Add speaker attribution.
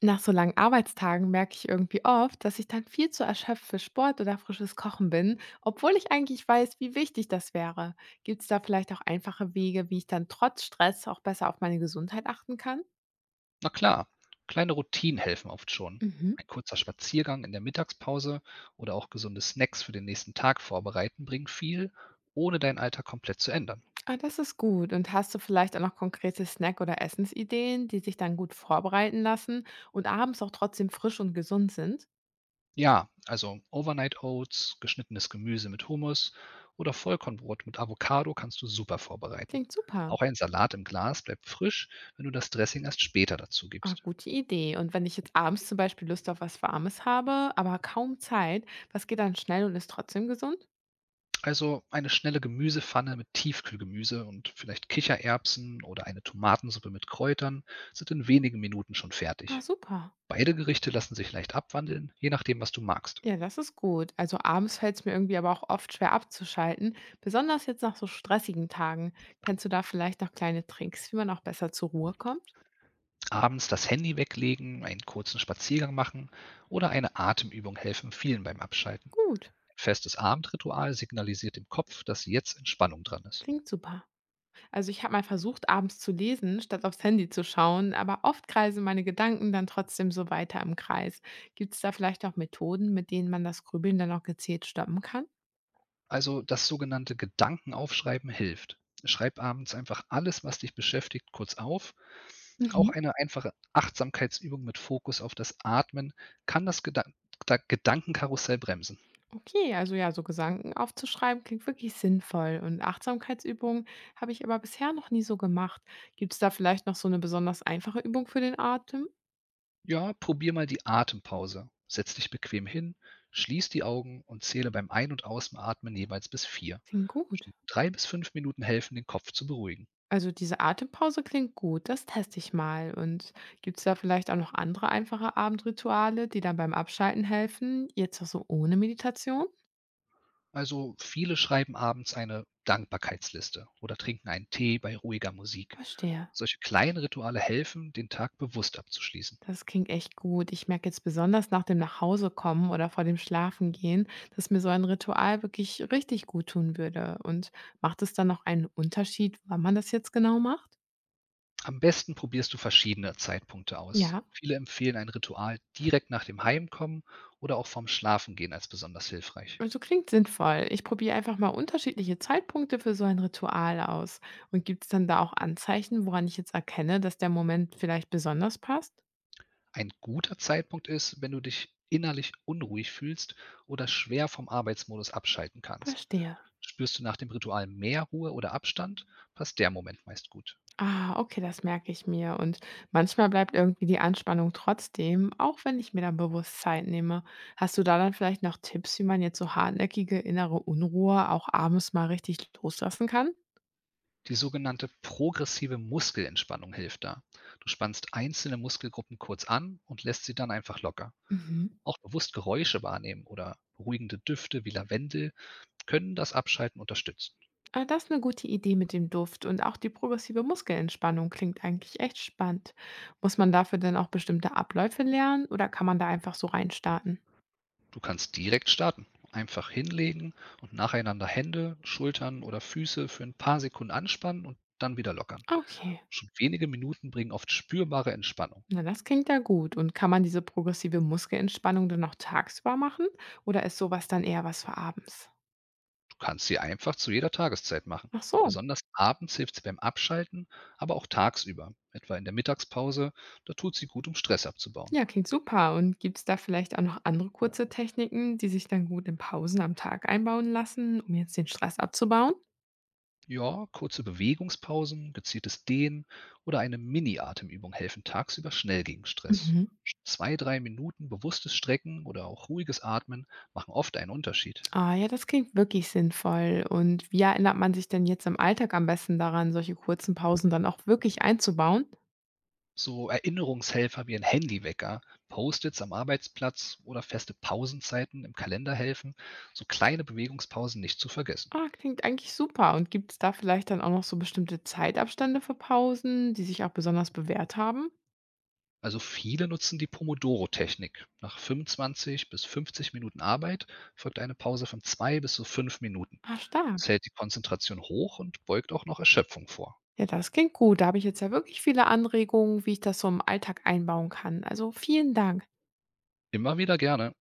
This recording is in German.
Speaker 1: Nach so langen Arbeitstagen merke ich irgendwie oft, dass ich dann viel zu erschöpft für Sport oder frisches Kochen bin, obwohl ich eigentlich weiß, wie wichtig das wäre. Gibt es da vielleicht auch einfache Wege, wie ich dann trotz Stress auch besser auf meine Gesundheit achten kann?
Speaker 2: Na klar, kleine Routinen helfen oft schon.
Speaker 1: Mhm.
Speaker 2: Ein kurzer Spaziergang in der Mittagspause oder auch gesunde Snacks für den nächsten Tag vorbereiten bringen viel, ohne deinen Alltag komplett zu ändern.
Speaker 1: Ah, das ist gut. Und hast du vielleicht auch noch konkrete Snack- oder Essensideen, die sich dann gut vorbereiten lassen und abends auch trotzdem frisch und gesund sind?
Speaker 2: Ja, also Overnight Oats, geschnittenes Gemüse mit Hummus oder Vollkornbrot mit Avocado kannst du super vorbereiten.
Speaker 1: Klingt super.
Speaker 2: Auch ein Salat im Glas bleibt frisch, wenn du das Dressing erst später dazu
Speaker 1: Ah,
Speaker 2: gibst.
Speaker 1: gute Idee. Und wenn ich jetzt abends zum Beispiel Lust auf was Warmes habe, aber kaum Zeit, was geht dann schnell und ist trotzdem gesund?
Speaker 2: Also eine schnelle Gemüsepfanne mit Tiefkühlgemüse und vielleicht Kichererbsen oder eine Tomatensuppe mit Kräutern sind in wenigen Minuten schon
Speaker 1: Ah,
Speaker 2: fertig.
Speaker 1: super.
Speaker 2: Beide Gerichte lassen sich leicht abwandeln, je nachdem, was du magst.
Speaker 1: Ja, das ist gut. Also abends fällt es mir irgendwie aber auch oft schwer abzuschalten, besonders jetzt nach so stressigen Tagen. Kennst du da vielleicht noch kleine Tricks, wie man auch besser zur Ruhe kommt?
Speaker 2: Abends das Handy weglegen, einen kurzen Spaziergang machen oder eine Atemübung helfen vielen beim Abschalten.
Speaker 1: Gut,
Speaker 2: Ein festes Abendritual signalisiert dem Kopf, dass jetzt Entspannung dran ist.
Speaker 1: klingt super. Also ich habe mal versucht, abends zu lesen, statt aufs Handy zu schauen, aber oft kreisen meine Gedanken dann trotzdem so weiter im Kreis. Gibt es da vielleicht auch Methoden, mit denen man das Grübeln dann auch gezielt stoppen kann?
Speaker 2: Also das sogenannte Gedankenaufschreiben hilft. Schreib abends einfach alles, was dich beschäftigt, kurz auf. Auch
Speaker 1: Mhm.
Speaker 2: eine einfache Achtsamkeitsübung mit Fokus auf das Atmen kann das Gedankenkarussell bremsen.
Speaker 1: Okay, also ja, so Gedanken aufzuschreiben klingt wirklich sinnvoll. Und Achtsamkeitsübungen habe ich aber bisher noch nie so gemacht. Gibt es da vielleicht noch so eine besonders einfache Übung für den Atem?
Speaker 2: Ja, probier mal die Atempause. Setz dich bequem hin, schließ die Augen und zähle beim Ein- und Ausatmen jeweils bis vier.
Speaker 1: Klingt
Speaker 2: Schon
Speaker 1: gut.
Speaker 2: drei bis fünf Minuten helfen, den Kopf zu beruhigen.
Speaker 1: Also diese Atempause klingt gut, das teste ich mal. Und gibt es da vielleicht auch noch andere einfache Abendrituale, die dann beim Abschalten helfen? Jetzt auch so ohne Meditation?
Speaker 2: Also viele schreiben abends eine Dankbarkeitsliste oder trinken einen Tee bei ruhiger Musik.
Speaker 1: Verstehe.
Speaker 2: Solche kleinen Rituale helfen, den Tag bewusst abzuschließen.
Speaker 1: Das klingt echt gut. Ich merke jetzt besonders nach dem Nachhausekommen oder vor dem Schlafengehen, dass mir so ein Ritual wirklich richtig gut tun würde. Und macht es dann noch einen Unterschied, wann man das jetzt genau macht?
Speaker 2: Am besten probierst du verschiedene Zeitpunkte aus.
Speaker 1: Ja,
Speaker 2: Viele empfehlen ein Ritual direkt nach dem Heimkommen oder auch vorm Schlafengehen als besonders hilfreich.
Speaker 1: also klingt sinnvoll. Ich probiere einfach mal unterschiedliche Zeitpunkte für so ein Ritual aus. Und gibt es dann da auch Anzeichen, woran ich jetzt erkenne, dass der Moment vielleicht besonders passt?
Speaker 2: Ein guter Zeitpunkt ist, wenn du dich innerlich unruhig fühlst oder schwer vom Arbeitsmodus abschalten kannst.
Speaker 1: Verstehe.
Speaker 2: Spürst du nach dem Ritual mehr Ruhe oder Abstand, passt der Moment meist gut.
Speaker 1: Ah, okay, das merke ich mir. Und manchmal bleibt irgendwie die Anspannung trotzdem, auch wenn ich mir dann bewusst Zeit nehme. Hast du da dann vielleicht noch Tipps, wie man jetzt so hartnäckige innere Unruhe auch abends mal richtig loslassen kann?
Speaker 2: Die sogenannte progressive Muskelentspannung hilft da. Du spannst einzelne Muskelgruppen kurz an und lässt sie dann einfach locker.
Speaker 1: Mhm.
Speaker 2: Auch bewusst Geräusche wahrnehmen oder beruhigende Düfte wie Lavendel können das Abschalten unterstützen.
Speaker 1: Ah, das ist eine gute Idee mit dem Duft und auch die progressive Muskelentspannung klingt eigentlich echt spannend. Muss man dafür denn auch bestimmte Abläufe lernen oder kann man da einfach so reinstarten?
Speaker 2: Du kannst direkt starten. Einfach hinlegen und nacheinander Hände, Schultern oder Füße für ein paar Sekunden anspannen und dann wieder lockern.
Speaker 1: Okay.
Speaker 2: Schon wenige Minuten bringen oft spürbare Entspannung.
Speaker 1: Na, das klingt ja gut. Und kann man diese progressive Muskelentspannung dann noch tagsüber machen? Oder ist sowas dann eher was für abends?
Speaker 2: Du kannst sie einfach zu jeder Tageszeit machen.
Speaker 1: Ach so,
Speaker 2: Besonders abends hilft sie beim Abschalten, aber auch tagsüber, etwa in der Mittagspause, da tut sie gut, um Stress abzubauen.
Speaker 1: ja, klingt super. Und gibt es da vielleicht auch noch andere kurze Techniken, die sich dann gut in Pausen am Tag einbauen lassen, um jetzt den Stress abzubauen?
Speaker 2: Ja, kurze Bewegungspausen, gezieltes Dehnen oder eine Mini-Atemübung helfen tagsüber schnell gegen Stress.
Speaker 1: Mhm.
Speaker 2: Zwei, drei Minuten bewusstes Strecken oder auch ruhiges Atmen machen oft einen Unterschied.
Speaker 1: Ah, ja, das klingt wirklich sinnvoll. Und wie erinnert man sich denn jetzt im Alltag am besten daran, solche kurzen Pausen dann auch wirklich einzubauen?
Speaker 2: So Erinnerungshelfer wie ein Handywecker, Post-its am Arbeitsplatz oder feste Pausenzeiten im Kalender helfen, so kleine Bewegungspausen nicht zu vergessen.
Speaker 1: Ah, klingt eigentlich super. Und gibt es da vielleicht dann auch noch so bestimmte Zeitabstände für Pausen, die sich auch besonders bewährt haben?
Speaker 2: Also viele nutzen die Pomodoro-Technik. Nach 25 bis 50 Minuten Arbeit folgt eine Pause von 2 bis zu 5 Minuten.
Speaker 1: Ah, stark.
Speaker 2: Es hält die Konzentration hoch und beugt auch noch Erschöpfung vor.
Speaker 1: Ja, das klingt gut. Da habe ich jetzt ja wirklich viele Anregungen, wie ich das so im Alltag einbauen kann. Also vielen Dank.
Speaker 2: Immer wieder gerne.